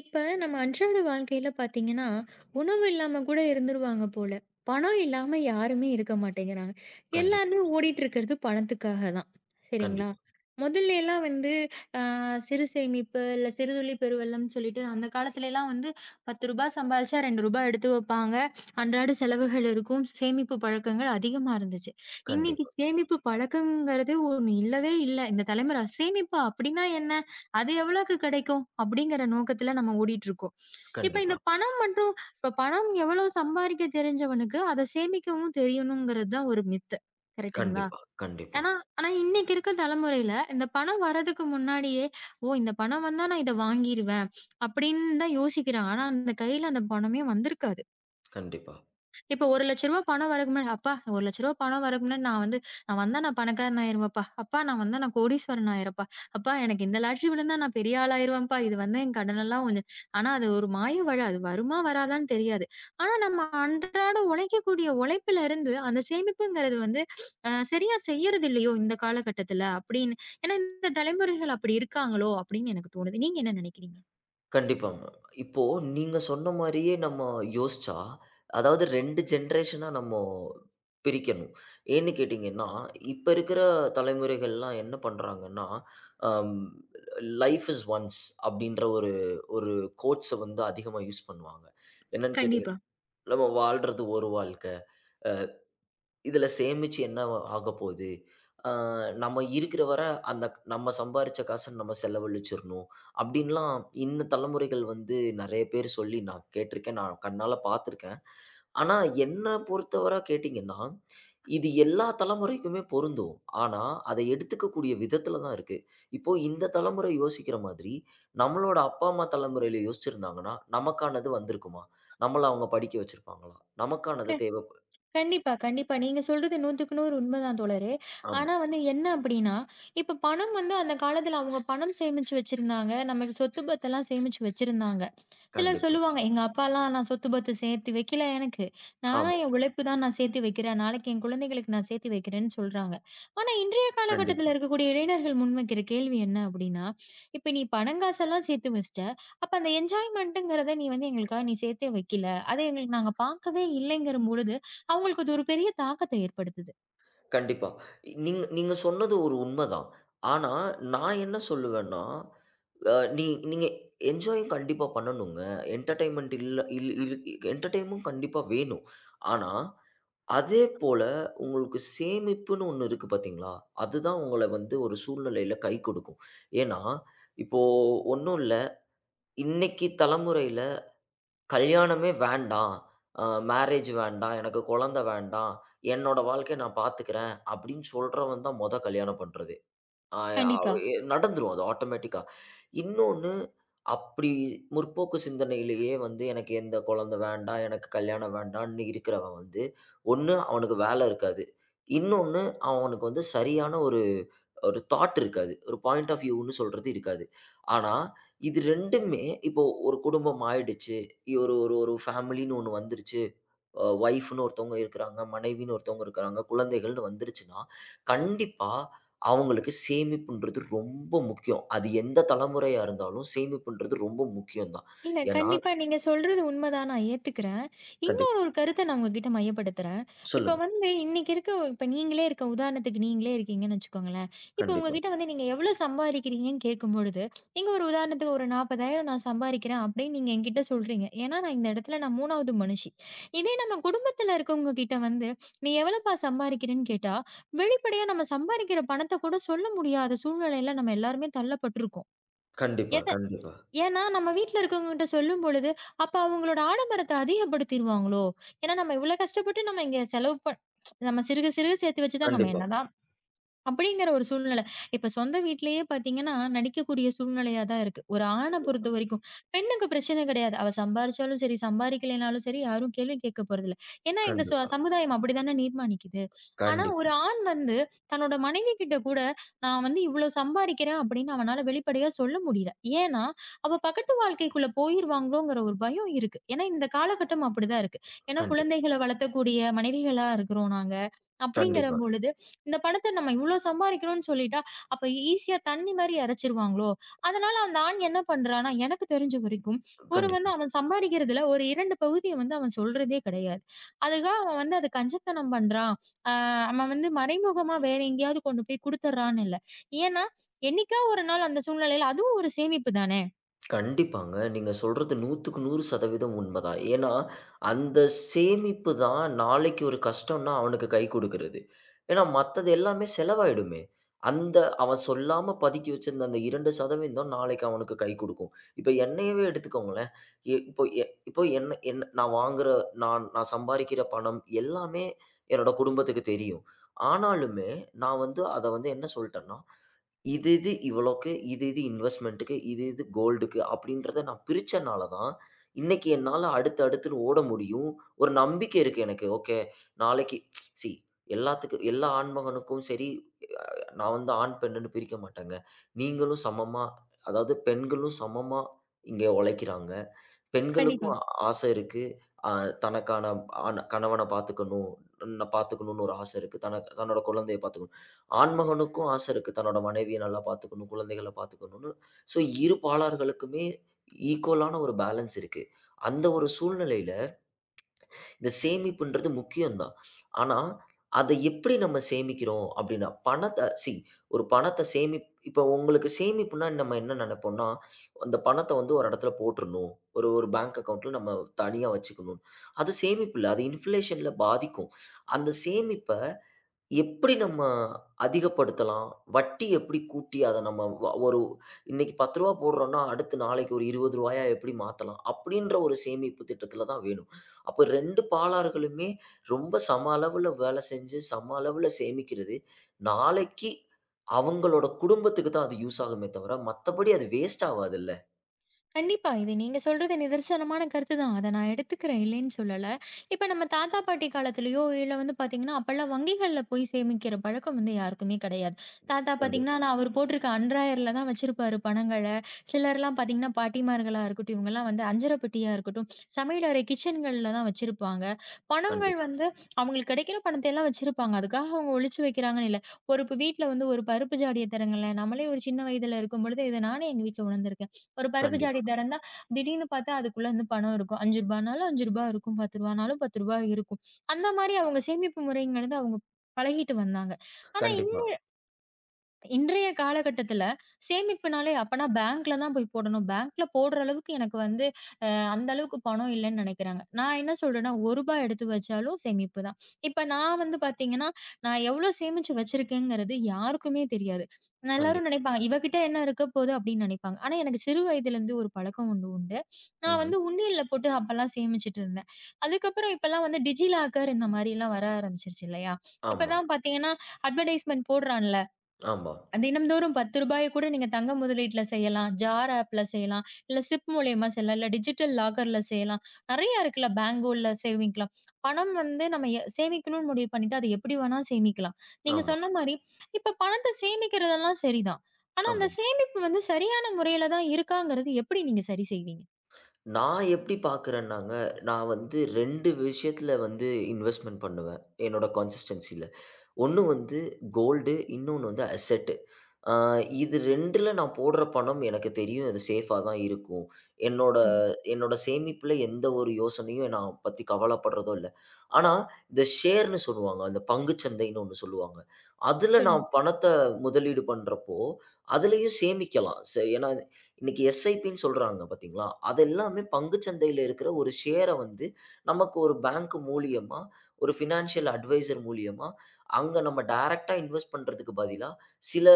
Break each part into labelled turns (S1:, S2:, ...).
S1: இப்ப நம்ம அன்றாட வாழ்க்கையில பாத்தீங்கன்னா, உணவு இல்லாம கூட இருந்துருவாங்க போல. பணம் இல்லாம யாருமே இருக்க மாட்டேங்கிறாங்க.
S2: கண்டிப்பா,
S1: எல்லாருமே ஓடிட்டு இருக்கிறது பணத்துக்காக தான். சரிங்களா?
S2: கண்டிப்பா,
S1: முதல்லேலாம் வந்து அ சிறு சேமிப்பு, இல்ல சிறுதுளி பெருவெள்ளம்னு சொல்லிட்டு அந்த காலத்துலலாம் வந்து ரூ. 10 சம்பாரிச்சா ரூ. 2 எடுத்து வைப்பாங்க. அன்றாட செலவுகள் இருக்கும். சேமிப்பு பழக்கங்கள் அதிகமா இருந்துச்சு. இன்னைக்கு
S2: கண்டிப்பா,
S1: சேமிப்பு பழக்கம்ங்கிறது ஒண்ணு இல்லவே இல்ல. இந்த தலைமுறை சேமிப்பு அப்படின்னா என்ன? அது எவ்வளவுக்கு கிடைக்கும்? அப்படிங்கிற நோக்கத்துல நம்ம ஓடிட்டு இருக்கோம். இப்ப
S2: கண்டிப்பா,
S1: இந்த பணம் மற்றும் இப்ப பணம் எவ்வளவு சம்பாரிக்க தெரிஞ்சவனுக்கு, அதை சேமிக்கவும் தெரியணுங்கிறது தான் ஒரு மித்து. கரெக்ட்டுங்களா?
S2: கண்டிப்பா, கண்டிப்பா,
S1: ஏன்னா, ஆனா இன்னைக்கு இருக்க தலைமுறையில இந்த பணம் வரதுக்கு முன்னாடியே, "ஓ! இந்த பணம் வந்தா நான் இதை வாங்கிருவேன்" அப்படின்னு தான் யோசிக்கிறாங்க. ஆனா அந்த கையில அந்த பணமே வந்திருக்காது.
S2: கண்டிப்பா,
S1: இப்ப ரூ. 1,00,000 பணம் வரக்கு முன்னாடி, "அப்பா ரூ. 1,00,000 பணம் வரக்கு முன்னாடி நான் வந்தா நான் பணக்காரன் ஆயிருவேன்ப்பா. அப்பா நான் வந்தா நான் கோடீஸ்வரன் ஆயிர்றேன்ப்பா. அப்பா எனக்கு இந்த லாட்டரி விழுந்தா நான் பெரிய ஆளாயிருவேன்ப்பா. இது வந்து என் கடனெல்லாம் கொஞ்சம்." ஆனா அது ஒரு மாய வழி. அது வருமா வராதான்னு தெரியாது. ஆனா நம்ம அன்றாட உழைக்கக்கூடிய உழைப்புல இருந்து அந்த சேமிப்புங்கிறது வந்து சரியா செய்யறது இல்லையோ இந்த காலகட்டத்துல அப்படின்னு. ஏன்னா இந்த தலைமுறைகள் அப்படி இருக்காங்களோ அப்படின்னு எனக்கு தோணுது. நீங்க என்ன நினைக்கிறீங்க?
S2: கண்டிப்பாங்க. இப்போ நீங்க சொன்ன மாரியே நம்ம யோசிச்சா, அதாவது 2 ஜெனரேஷனா நம்ம பிரிக்கணும். ஏன்னு கேட்டீங்கன்னா, இப்ப இருக்கிற தலைமுறைகள்லாம் என்ன பண்றாங்கன்னா, அம் லைஃப் இஸ் ஒன்ஸ் அப்படின்ற ஒரு ஒரு கோட்ஸ வந்து அதிகமா யூஸ் பண்ணுவாங்க. என்னன்னு கேட்டீங்க.
S1: கண்டிப்பா.
S2: நம்ம வாழ்றது ஒரு வாழ்க்கை. இதில சேமிச்சு என்ன ஆகப்போது? அ நம்ம இருக்கிற வர நம்ம சம்பாரிச்ச காச நம்ம செலவழிச்சிரணும். அப்டின்லாம் இந்த தலைமுறைகள் வந்து நெறைய பேர் சொல்லி நான் கேட்டுருக்கேன். நான் கண்ணால பார்த்துருக்கேன். ஆனா என்ன பொறுத்தவர கேட்டீங்கன்னா, இது எல்லா தலைமுறைக்குமே பொருந்தும். ஆனா அத எடுத்துக்கக்கூடிய விதத்தில தான் இருக்கு. இப்போ இந்த தலைமுறை யோசிக்கிற மாதிரி, நம்மளோட அப்பா, அம்மா தலைமுறையில யோசிச்சிருந்தாங்கன்னா, நமக்கானது வந்திருக்குமா? நம்மள அவங்க படிக்க வச்சிருப்பாங்களா? நமக்கானது தேவைப்ப
S1: கண்டிப்பா, கண்டிப்பா. நீங்க சொல்றது 100க்கு 100 உண்மதான், தோழரே.
S2: ஆமா.
S1: ஆனா வந்து என்ன அப்டின்னா, இப்ப பணம் வந்து அந்த காலத்துல அவங்க பணம் சேமிச்சு வச்சிருந்தாங்க. நமக்கு சொத்து பத்தெல்லாம் சேமிச்சு வச்சிருந்தாங்க. சிலர்
S2: கண்டிப்பா.
S1: சொல்லுவாங்க, "எங்க அப்பாலாம் நான் சொத்து பத்து சேர்த்து வைக்கல எனக்கு. நானா
S2: ஆமா.
S1: என் உழைப்பு தான் நான் சேர்த்து வைக்கிறேன். நாளைக்கு என் குழந்தைகளுக்கு நான் சேர்த்து வைக்கிறேன்னு" சொல்றாங்க. ஆனா இன்றைய
S2: கண்டிப்பா,
S1: காலகட்டத்துல இருக்கக்கூடிய இளைஞர்கள் முன்வைக்கிற கேள்வி என்ன அப்டின்னா, "இப்ப நீ பணம் காசெல்லாம் சேர்த்து வச்சுட்ட. அப்ப அந்த என்ஜாய்மென்ட்ங்கிறத நீ வந்து எங்களுக்காக நீ சேர்த்தே வைக்கல. அத எங்களுக்கு நாங்க பார்க்கவே இல்லைங்கிற பொழுது, அவங்களுக்கு அது ஒரு பெரிய தாக்கத்த ஏற்படுத்துது."
S2: கண்டிப்பா. நீங்க நீங்க சொன்னது ஒரு உண்மதான். ஆனா, நான் என்ன சொல்லுவேன்னா, அ நீ நீங்க என்ஜாயும் கண்டிப்பா பண்ணணுங்க. என்டர்டெயின்மென்ட் இல்ல இல் இல் என்டர்டெயின்மும் கண்டிப்பா வேணும். ஆனா, அதே போல உங்களுக்கு சேமிப்புன்னு ஒண்ணு இருக்கு பார்த்தீங்களா? அதுதான் உங்கள வந்து ஒரு சூழ்நிலையில கை கொடுக்கும். ஏன்னா, இப்போ ஒண்ணும் இல்ல. இன்னைக்கு தலைமுறையில கல்யாணமே வேண்டாம். அ மேரேஜ் வேண்டாம். எனக்கு குழந்தை வேண்டாம். என்னோட வாழ்க்கைய நான் பார்த்துக்கிறேன். அப்படின்னு சொல்றவன் தான் மொத கல்யாணம் பண்றதே. அ அவ்
S1: கண்டிப்பா.
S2: எ நடந்துரும் அது ஆட்டோமேட்டிக்கா. இன்னொன்னு அப்படி முற்போக்கு சிந்தனையிலேயே வந்து எனக்கு எந்த குழந்தை வேண்டாம், எனக்கு கல்யாணம் வேண்டான்னு இருக்கிறவன் வந்து, ஒண்ணு அவனுக்கு வேலை இருக்காது. இன்னொன்னு அவனுக்கு வந்து சரியான ஒரு ஒரு தாட் இருக்காது. ஒரு பாயிண்ட் ஆஃப் வியூன்னு சொல்றது இருக்காது. ஆனா, இது 2மே இப்போ ஒரு குடும்பம் ஆயிடுச்சு. ஒரு ஒரு ஒரு ஃபேமிலின்னு ஒண்ணு வந்துருச்சு. ஒய்ஃப்ன்னு ஒருத்தவங்க இருக்கிறாங்க. மனைவின்னு ஒருத்தவங்க இருக்கிறாங்க. குழந்தைகள்ன்னு வந்துருச்சுன்னா, கண்டிப்பா அவங்களுக்கு சேமிப்புன்றது ரொம்ப முக்கியம். அது எந்த தலைமுறையா இருந்தாலும் சேமிப்புன்றது ரொம்ப முக்கியம் தான்.
S1: இல்ல
S2: ஏன்னா
S1: கண்டிப்பா நீங்க சொல்றது உண்மதான். நான் ஏத்துக்கிறேன்.
S2: கண்டிப்பா.
S1: ஒரு கருத்த நான் உங்ககிட்ட மையப்படுத்துறேன். இப்ப
S2: சொல்லுங்க.
S1: வந்து இன்னைக்கு இருக்க இப்ப நீங்களே இருக்க உதாரணத்துக்கு நீங்களே இருக்கீங்கன்னு வச்சுக்கோங்களேன். இப்ப
S2: கண்டிப்பா.
S1: உங்ககிட்ட வந்து நீங்க எவ்வளோ சம்பாதிக்கிறீங்கன்னு கேட்கும்பொழுது, நீங்க ஒரு உதாரணத்துக்கு ஒரு 40,000 நான் சம்பாதிக்கிறேன் அப்படின்னு நீங்க என்கிட்ட சொல்றீங்க. ஏன்னா நான் இந்த இடத்துல நான் 3வது மனுஷி. இதே நம்ம குடும்பத்துல இருக்கவங்க கிட்ட வந்து, "நீ எவ்வளோப்பா சம்பாதிக்கிறேன்னு" கேட்டா, வெளிப்படையா நம்ம சம்பாதிக்கிற பணத்த கூட சொல்ல முடியாத சூழ்நிலையில நம்ம எல்லாருமே தள்ளப்பட்டுருக்கோம்.
S2: கண்டிப்பா,
S1: எத
S2: கண்டிப்பா,
S1: ஏன்னா நம்ம வீட்ல இருக்கவங்ககிட்ட சொல்லும் பொழுது, அப்ப அவங்களோட ஆடம்பரத்த அதிகப்படுத்திருவாங்களோ! ஏன்னா நம்ம இவ்ளோ கஷ்டப்பட்டு நம்ம இங்க செலவு நம்ம சிறுக சிறுக சேர்த்து வச்சு தான் நம்ம
S2: கண்டிப்பா,
S1: என்னதான் அப்படிங்கிற ஒரு சூழ்நிலை. இப்ப சொந்த வீட்லயே பார்த்தீங்கன்னா, நடிக்கக்கூடிய சூழ்நிலையா தான் இருக்கு. ஒரு ஆண பொறுத்தவரைக்கும். பெண்ணுக்கு பிரச்சனை கிடையாது. அவ சம்பாரிச்சாலும் சரி, சம்பாரிக்கலைனாலும் சரி, யாரும் கேள்வி கேட்க போறதில்ல. ஏன்னா இந்த
S2: கண்டிப்பா,
S1: சமுதாயம் அப்படித்தானே நிர்மாணிக்குது. ஆனா
S2: கண்டிப்பா,
S1: ஒரு ஆண் வந்து தன்னோட மனைவி கிட்ட கூட, "நான் வந்து இவ்ளோ சம்பாரிக்கிறேன்" அப்படின்னு அவனால வெளிப்படையா சொல்ல முடியல. ஏன்னா, அவ பகட்டு வாழ்க்கைக்குள்ள போயிருவாங்களோங்கிற ஒரு பயம் இருக்கு. ஏன்னா இந்த காலகட்டம் அப்படிதான் இருக்கு. ஏன்னா
S2: கண்டிப்பா,
S1: குழந்தைகள வளர்த்தக்கூடிய மனைவிகளா இருக்கிறோம் நாங்க.
S2: கண்டிப்பா,
S1: அப்படிங்கிறபொழுது இந்த பணத்த நம்ம இவ்ளோ சம்பாரிக்கிறோம்னு சொல்லிட்டா, அப்ப ஈஸியா தண்ணி மாரி இறைச்சிருவாங்களோ! அதனால அந்த ஆண் என்ன பண்றான்னா, எனக்கு தெரிஞ்ச வரைக்கும்,
S2: கண்டிப்பா,
S1: ஒரு
S2: கண்டிப்பா.
S1: வந்து அவன் சம்பாரிக்கிறதுல ஒரு 2 பகுதிய வந்து அவன் சொல்றதே கிடையாது. அதுதான் அவன் வந்து அது கஞ்சத்தனம் பண்றான். அ அவன் வந்து மறைமுகமா வேற எங்கேயாவது கொண்டு போய் குடுத்துர்றான்னு இல்ல. ஏன்னா, என்னைக்கா ஒரு நாள் அந்த சூழ்நிலையில அதுவும் ஒரு சேமிப்பு தானே!
S2: கண்டிப்பாங்க. நீங்க சொல்றது 100க்கு 100% உண்மதான். ஏன்னா, அந்த சேமிப்பு தான் நாளைக்கு ஒரு கஷ்டம்ன்னா அவனுக்கு கை குடுக்குறது. ஏன்னா, மத்தது எல்லாமே செலவாயிடுமே. அந்த அவன் சொல்லாம பதுக்கி வச்சிருந்த அந்த 2% நாளைக்கு அவனுக்கு கை குடுக்கும். இப்ப என்னையவே எடுத்துக்கோங்களேன். எ இப்போ எ இப்போ என்ன என்ன நான் வாங்குற நான் நான் சம்பாரிக்கிற பணம் எல்லாமே என்னோட குடும்பத்துக்கு தெரியும். ஆனாலுமே, நான் வந்து அத வந்து என்ன சொல்ட்டேன்னா இது இது இவ்வளோக்கு, இது இது இன்வெஸ்ட்மென்ட்டுக்கு, இது இது கோல்டுக்கு அப்படின்றத நான் பிரிச்சனால தான், இன்னைக்கு என்னால அடுத்து அடுத்துன்னு ஓட முடியும். ஒரு நம்பிக்கை இருக்கு எனக்கு. ஓகே, நாளைக்கு சி எல்லாத்துக்கு எல்லா ஆண்மகனுக்கும் சரி, நான் வந்து ஆண், பெண்ணுன்னு பிரிக்க மாட்டேங்க. நீங்களும் சமமா அதாவது பெண்களும் சமமா இங்க உழைக்கிறாங்க.
S1: கண்டிப்பா.
S2: பெண்களுக்கும் ஆசை இருக்கு. அ தனக்கான ஆண் கணவன பாத்துக்கணும். நான் பாத்துக்கணும்னு ஒரு ஆசை இருக்கு. தன்னோட குழந்தைய பாத்துக்கணும். ஆண்மகனுக்கும் ஆசை இருக்கு. தன்னோட மனைவிய நல்லா பாத்துக்கணும், குழந்தைகள பாத்துக்கணும்னு. ஸோ, இரு பாலார்களுக்குமே ஈக்குவலான ஒரு பேலன்ஸ் இருக்கு. அந்த ஒரு சூழ்நிலையில இந்த சேமிப்புன்றது முக்கியம்தான். ஆனா, அத எப்படி நம்ம சேமிக்கிறோம் அப்படின்னா, பணத்த சி ஒரு பணத்த சேமிப் இப்போ உங்களுக்கு சேமிப்புன்னா நம்ம என்ன நெனைப்போம்னா, அந்த பணத்த வந்து ஒரு இடத்துல போட்டுறணும். ஒரு ஒரு பேங்க் அக்கவுண்ட்ல நம்ம தனியா வச்சுக்கணும். அது சேமிப்பு இல்ல. அது இன்ஃப்ளேஷன்ல பாதிக்கும். அந்த சேமிப்ப எப்படி நம்ம அதிகப்படுத்தலாம்? வட்டி எப்படி கூட்டி அத நம்ம வ ஒரு, இன்னைக்கு ரூ. 10 போடுறோம்னா, அடுத்து நாளைக்கு ஒரு ரூ. 20 எப்படி மாத்தலாம்? அப்படின்ற ஒரு சேமிப்பு திட்டத்தில தான் வேணும். அப்ப 2 பாலார்களுமே ரொம்ப சம அளவுல வேலை செஞ்சு, சம அளவுல சேமிக்கிறது, நாளைக்கு அவங்களோட குடும்பத்துக்கு தான் அது யூஸ் ஆகுமே தவிர, மத்தபடி அது வேஸ்ட் ஆவாதுல்ல.
S1: கண்டிப்பா. இது நீங்க சொல்றது நிதர்சனமான கருத்து தான். அத நான் எடுத்துக்கிறேன், இல்லைன்னு சொல்லல. இப்ப நம்ம தாத்தா, பாட்டி காலத்திலயோ இல்ல வந்து பார்த்தீங்கன்னா, அப்பல்லாம் வங்கிகள்ல போய் சேமிக்கிற பழக்கம் வந்து யாருக்குமே கிடையாது. தாத்தா பார்த்தீங்கன்னா,
S2: கண்டிப்பா,
S1: நான் அவர் போட்டிருக்க அன்றாயர்ல தான் வச்சிருப்பாரு பணங்கள. சிலர்லாம் பார்த்தீங்கன்னா, பாட்டிமார்களா இருக்கட்டும், இவங்கலாம் வந்து அஞ்சர பெட்டியா இருக்கட்டும், சமையலறை கிச்சன்கள்ல தான் வச்சிருப்பாங்க. பணங்கள்
S2: கண்டிப்பா,
S1: வந்து அவங்களுக்கு கிடைக்கிற பணத்தை எல்லாம் வச்சிருப்பாங்க. அதுக்காக அவங்க ஒழிச்சு வைக்கிறாங்கன்னு இல்ல. ஒரு இப்ப வீட்ல வந்து ஒரு பருப்பு ஜாடிய தரங்களேன், நம்மளே ஒரு சின்ன வயதுல இருக்கும்பொழுது, இத நானே எங்க வீட்ல உணர்ந்திருக்கேன். ஒரு பருப்பு
S2: கண்டிப்பா,
S1: ஜாடி திறந்தா, திடீர்னு பார்த்தா அதுக்குள்ள வந்து பணம் இருக்கும். ரூ. 5னாலும் ரூ. 5 இருக்கும். ரூ. 10னாலும் ரூ. 10 இருக்கும். அந்த மாரி அவங்க சேமிப்பு முறைங்கிறது அவங்க பழகிட்டு வந்தாங்க. ஆனா
S2: கண்டிப்பா,
S1: இன்றைய காலகட்டத்துல சேமிப்புனாலே அப்பனா பேங்க்ல தான் போய் போடணும். பேங்க்ல போடுற அளவுக்கு எனக்கு வந்து அந்த அளவுக்கு பணம் இல்லன்னு நினைக்கிறாங்க. நான் என்ன சொல்றேன்னா ரூ. 1 எடுத்து வச்சாலும் சேமிப்பு தான். இப்ப நான் வந்து பார்த்தீங்கன்னா, நான் எவ்ளோ சேமிச்சு வச்சிருக்கேங்கிறது யாருக்குமே தெரியாது. நான் எல்லாரும்
S2: கண்டிப்
S1: நினைப்பாங்க, "இவ கிட்ட என்ன இருக்க போது?" அப்படின்னு நினைப்பாங்க. ஆனா எனக்கு சிறு வயதிலிருந்து ஒரு பழக்கம் ஒண்ணு உண்டு. நான்
S2: ம்ஹ்ம்.
S1: வந்து உண்டியல்ல போட்டு அப்பல்லாம் சேமிச்சுட்டு இருந்தேன். அதுக்கப்புறம் இப்பல்லாம் வந்து டிஜிலாக்கர் இந்த மாரிலாம் வர ஆரம்பிச்சுருச்சு இல்லையா? இப்ப
S2: ஆமா,
S1: தான் பார்த்தீங்கன்னா, அட்வர்டைஸ்மென்ட் போடுறான்ல.
S2: ஆமா,
S1: தினம்தோறும் ரூ. 10 கூட நீங்க தங்க முதலீட்ல செய்யலாம். ஜார் ஆப்ல செய்யலாம். இல்ல சிப் மூலியமா செய்யலாம். இல்ல டிஜிட்டல் லாக்கர்ல செய்யலாம். நெறைய இருக்குல்ல பேங்கோல்ல சேமிக்கலாம். பணம் வந்து நம்ம சேமிக்கணும்னு முடிவு பண்ணிட்டா, அது எப்படி வேணா சேமிக்கலாம். நீங்க
S2: ஆமா,
S1: சொன்ன மாரி, இப்ப பணத்த சேமிக்கிறதெல்லாம் சரிதான். ஆனா,
S2: ஆமா.
S1: அந்த சேமிப்பு வந்து சரியான முறையில தான் இருக்காங்கிறது எப்படி நீங்க சரி செய்வீங்க?
S2: நான் எப்படி பார்க்குறேன்னாங்க, நான் வந்து 2 விஷயத்துல வந்து இன்வெஸ்ட்மென்ட் பண்ணுவேன். என்னோட கன்சிஸ்டன்ஸில. ஒண்ணு வந்து கோல்டு, இன்னொன்னு வந்து அசெட். அ இது 2ல நான் போடுற பணம் எனக்கு தெரியும் அது சேஃபா தான் இருக்கும். என்னோட
S1: ம்.
S2: என்னோட சேமிப்புல எந்த ஒரு யோசனையும் நான் பத்தி கவலைப்படுறதோ இல்ல. ஆனா, இந்த ஷேர்ன்னு சொல்லுவாங்க. அந்த பங்குச் சந்தைன்னு ஒண்ணு சொல்லுவாங்க. அதுல நான்
S1: சொல்லுங்க.
S2: பணத்த முதலீடு பண்றப்போ, அதுலயும் சேமிக்கலாம். ஏன்னா, இன்னைக்கு எஸ்ஐபின்னு சொல்றாங்க பார்த்தீங்களா? அது எல்லாமே பங்குச் சந்தையில இருக்கிற ஒரு ஷேர வந்து நமக்கு ஒரு பேங்க் மூலியமா, ஒரு ஃபினான்ஷியல் அட்வைசர் மூலியமா அங்க நம்ம டைரக்ட்டா இன்வெஸ்ட் பண்றதுக்கு பதிலா, சில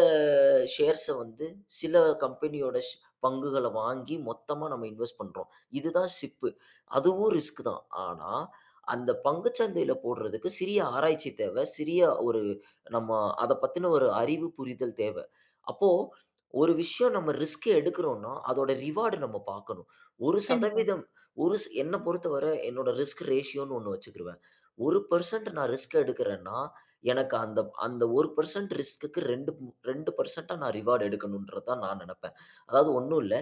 S2: ஷேர்ஸ வந்து சில கம்பெனியோட பங்குகள வாங்கி மொத்தமா நம்ம இன்வெஸ்ட் பண்றோம். இதுதான் சிப். அதுவும் ரிஸ்க் தான். ஆனா, அந்த பங்குச் சந்தையில போடுறதுக்கு சிறிய ஆராய்ச்சி தேவை. சிறிய ஒரு நம்ம அத பத்தின ஒரு அறிவு, புரிதல் தேவ. அப்போ ஒரு விஷயம் நம்ம ரிஸ்க் எடுக்குறோம்னா, அதோட ரிவார்ட் நம்ம பார்க்கணும்.
S1: கண்டிப்பா.
S2: 1% ஒரு ஸ் என்ன பொறுத்தவர என்னோட ரிஸ்க் ரேஷியோன்னு ஒண்ணு வச்சுக்கிருவேன். 1% நான் ரிஸ்க் எடுக்கிறேன்னா, எனக்கு அந்த அந்த 1% ரிஸ்க்குக்கு 2%ஆ நான் ரிவார்ட் எடுக்கணுன்றது தான் நான் நெனப்பேன். அதாவது ஒண்ணும் இல்ல.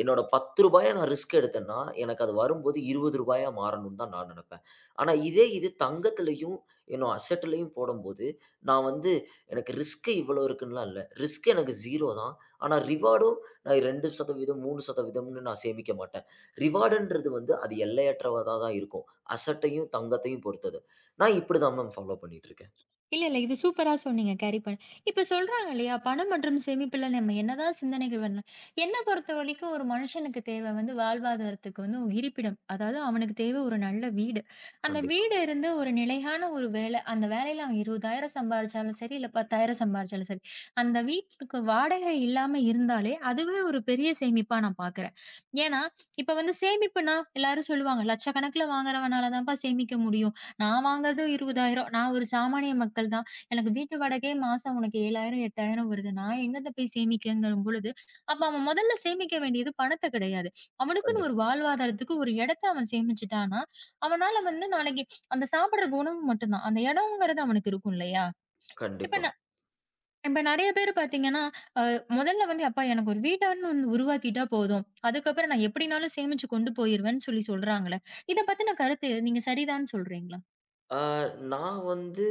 S2: என்னோட ரூ. 10 நான் ரிஸ்க் எடுத்தேன்னா, எனக்கு அது வரும்போது ரூ. 20 மாறணும்னு தான் நான் நெனப்பேன். ஆனா இதே இது தங்கத்திலயும், என்னோட அசெட்லயும் போடும்போது, நான் வந்து எனக்கு ரிஸ்க் இவ்வளோ இருக்குன்னுலாம் இல்ல. ரிஸ்க் எனக்கு 0 தான். ஆனா ரிவார்டும் நான் 2%, 3%ன்னு நான் சேமிக்க மாட்டேன். ரிவார்டுன்றது வந்து அது எல்லையற்றதா தான் இருக்கும். அசட்டையும், தங்கத்தையும் பொறுத்தது. நான் இப்படி தான் மேம் ஃபாலோ பண்ணிட்டுருக்கேன்.
S1: இல்ல, இல்ல. இது சூப்பரா சொன்னீங்க. கேரி பண்ண. இப்ப சொல்றாங்க இல்லையா? பணம் மற்றும் சேமிப்புல நம்ம என்னதான் சிந்தனைகள் வரலாம். என்ன பொறுத்தவரைக்கும் ஒரு மனுஷனுக்கு தேவை வந்து வாழ்வாதாரத்துக்கு வந்து ஒரு இருப்பிடம். அதாவது அவனுக்கு தேவை ஒரு நல்ல வீடு. அந்த
S2: கண்டிப்பா,
S1: வீடு இருந்து ஒரு நிலையான ஒரு வேலை. அந்த வேலையில அவன் 20,000 சம்பாரிச்சாலும் சரி, இல்ல 10,000 சம்பாரிச்சாலும் சரி. அந்த வீட்டுக்கு வாடகை இல்லாம இருந்தாலே, அதுவே ஒரு பெரிய சேமிப்பா நான் பார்க்குறேன். ஏன்னா, இப்ப வந்து சேமிப்புன்னா எல்லாரும் சொல்லுவாங்க, "லட்சக்கணக்குல வாங்குறவனால தான்ப்பா சேமிக்க முடியும்." நான் வாங்குறது 20,000 நான் ஒரு சாமானிய மக்கள் தான். எனக்கு வீட்டு வாடகையே மாசம் உனக்கு 7,000, 8,000 வருது. நான் எங்கத போய் சேமிக்கங்கும்பொழுது, அப்ப அவன் முதல்ல சேமிக்க வேண்டியது பணத்த கிடையாது. அவனுக்குன்னு
S2: கண்டிப்
S1: ஒரு வாழ்வாதாரத்துக்கு ஒரு இடத்த அவன் சேமிச்சுட்டான்னா, அவனால வந்து நாளைக்கு அந்த சாப்பிடுற உணவு மட்டும் தான். அந்த இடம்ங்கிறது அவனுக்கு இருக்கும் இல்லையா? இப்ப
S2: கண்டிப்பா.
S1: ந இப்ப நெறைய பேர் பார்த்தீங்கன்னா, அ முதல்ல வந்து "அப்பா எனக்கு ஒரு வீடுன்னு ஒண்ணு உருவாக்கிட்டா போதும். அதுக்கப்புறம் நான் எப்படினாலும் சேமிச்சு கொண்டு போயிருவேன்னு" சொல்லி சொல்றாங்கல்ல. இத பத்தின கருத்து நீங்க சரிதான்னு சொல்றீங்களா?
S2: ஆ, நான் வந்து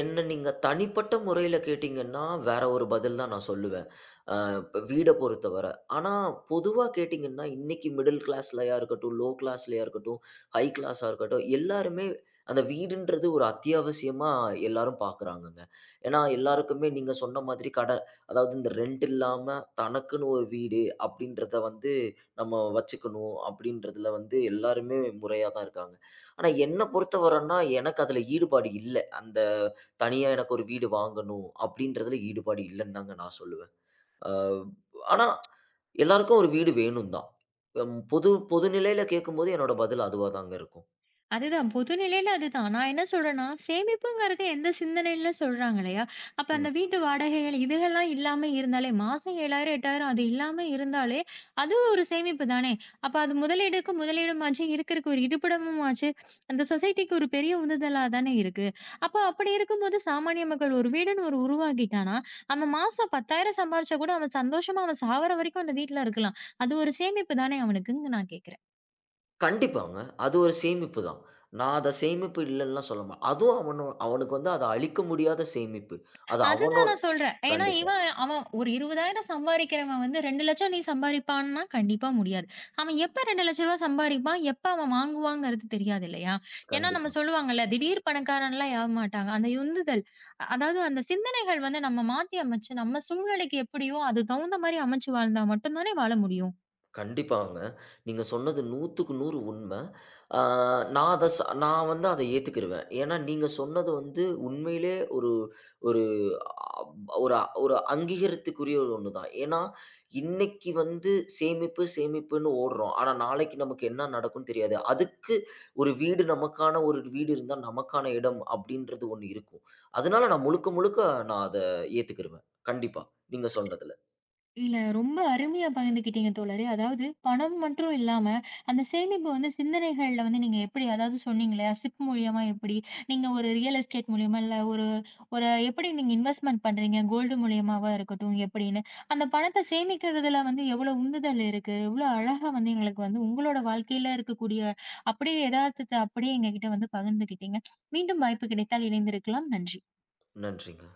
S2: என்ன நீங்க தனிப்பட்ட முறையில கேட்டீங்கன்னா, வேற ஒரு பதில் தான் நான் சொல்லுவேன். அ இப்ப வீட பொறுத்தவர. ஆனா, பொதுவா கேட்டீங்கன்னா, இன்னைக்கு மிடில் கிளாஸ்லயா இருக்கட்டும், லோ கிளாஸ்லயா இருக்கட்டும், ஹை கிளாஸா இருக்கட்டும், எல்லாருமே அந்த வீடுன்றது ஒரு அத்தியாவசியமா எல்லாரும் பார்க்குறாங்கங்க. ஏன்னா, எல்லாருக்குமே நீங்க சொன்ன மாதிரி அதாவது இந்த ரெண்ட் இல்லாம தனக்குன்னு ஒரு வீடு அப்படின்றத வந்து நம்ம வச்சுக்கணும் அப்படின்றதுல வந்து எல்லாருமே முறையா தான் இருக்காங்க. ஆனா என்ன பொறுத்தவரைன்னா, எனக்கு அதுல ஈடுபாடு இல்ல. அந்த தனியா எனக்கு ஒரு வீடு வாங்கணும் அப்படின்றதுல ஈடுபாடு இல்லன்னு தாங்க நான் சொல்லுவேன். அ ஆனா எல்லாருக்கும் ஒரு வீடு வேணும் தான். பொது பொது நிலையில கேட்கும்போது என்னோட பதில் அதுவா தாங்க இருக்கும்.
S1: அதுதான். பொதுநிலையில அதுதான். நான் என்ன சொல்றேன்னா, சேமிப்புங்கிறது எந்த சிந்தனையில சொல்றாங்க இல்லையா? அப்ப
S2: ம்.
S1: அந்த வீட்டு வாடகைகள் இதுகெல்லாம் இல்லாம இருந்தாலே, மாசம் 7,000, 8,000 அது இல்லாம இருந்தாலே, அதுவும் ஒரு சேமிப்பு தானே! அப்ப அது முதலீடுக்கு முதலீடுமாச்சு, இருக்கறக்கு ஒரு இருப்பிடமுமாச்சு. அந்த சொசைட்டிக்கு ஒரு பெரிய உந்துதலா தானே இருக்கு. அப்ப அப்படி இருக்கும்போது, சாமானிய மக்கள் ஒரு வீடுன்னு ஒரு உருவாக்கிட்டானா, அவன் மாசம் 10,000 சம்பாரிச்சா கூட, அவன் சந்தோஷமா அவன் சாவர வரைக்கும் அந்த வீட்ல இருக்கலாம். அது ஒரு சேமிப்பு தானே அவனுக்குன்னு நான் கேட்கிறேன்.
S2: கண்டிப்பாங்க. அது ஒரு சேமிப்பு தான். நான் அத சேமிப்பு இல்லன்னுலாம் சொல்ல மாட்டேன். அதுவும் அவனோ அவனுக்கு வந்து அத அழிக்க முடியாத சேமிப்பு. அது
S1: அதுதான்
S2: அவனோட.
S1: நான் சொல்றேன். ஏன்னா,
S2: கண்டிப்பா,
S1: அவன் ஒரு 20,000 சம்பாரிக்கிறவன் வந்து 2,00,000 நீ சம்பாரிப்பான்னா கண்டிப்பா முடியாது. அவன் எப்ப ரூ. 2,00,000 சம்பாரிப்பான், எப்ப அவன் வாங்குவாங்கிறது தெரியாது இல்லையா? ஏன்னா நம்ம
S2: கண்டிப்பா.
S1: சொல்லுவாங்கல்ல, திடீர் பணக்காரன்லாம் ஆக மாட்டாங்க. அந்த உந்துதல், அதாவது அந்த சிந்தனைகள் வந்து நம்ம மாத்தி அமைச்சு, நம்ம சூழ்நிலைக்கு எப்படியோ அது தகுந்த மாரி அமைச்சு வாழ்ந்தா மட்டும் தானே வாழ முடியும்.
S2: கண்டிப்பாங்க. நீங்க சொன்னது 100க்கு 100 உண்ம. ஆ நான் அத நான் வந்து அத ஏத்துக்கிருவேன். ஏன்னா, நீங்க சொன்னது வந்து உண்மையிலே ஒரு ஒரு அப் ஒரு ஒரு அங்கீகரித்துக்குரிய ஒரு ஒண்ணு தான். ஏன்னா, இன்னைக்கு வந்து சேமிப்பு, சேமிப்புன்னு ஓடுறோம். ஆனா, நாளைக்கு நமக்கு என்ன நடக்கும்னு தெரியாது. அதுக்கு ஒரு வீடு நமக்கான ஒரு வீடு இருந்தா, நமக்கான இடம் அப்படின்றது ஒண்ணு இருக்கும். அதனால நான் முழுக்க முழுக்க நான் அத ஏத்துக்கிருவேன். கண்டிப்பா. நீங்க சொன்னதுல.
S1: இல்ல ரொம்ப அருமையா பகிர்ந்துக்கிட்டீங்க, தோழரே. அதாவது பணம் மற்றும் இல்லாம, அந்த சேமிப்பு வந்து சிந்தனைகள்ல வந்து நீங்க எப்படி அதாவது சொன்னீங்க இல்லையா? சிப் மூலியமா எப்படி? நீங்க ஒரு ரியல் எஸ்டேட் மூலியமா, இல்ல ஒரு ஒரு எப்படி நீங்க இன்வெஸ்ட்மென்ட் பண்றீங்க? கோல்டு மூலியமாவா இருக்கட்டும் எப்படின்னு. அந்த பணத்த சேமிக்கிறதுல வந்து எவ்வளோ உந்துதல் இருக்கு? எவ்வளோ அழகா வந்து எங்களுக்கு வந்து உங்களோட வாழ்க்கையில இருக்கக்கூடிய அப்படியே எதார்த்தத்த அப்படியே எங்ககிட்ட வந்து பகிர்ந்துக்கிட்டீங்க. மீண்டும் வாய்ப்பு கிடைத்தால் இணைந்திருக்கலாம். நன்றி.
S2: நன்றிங்க.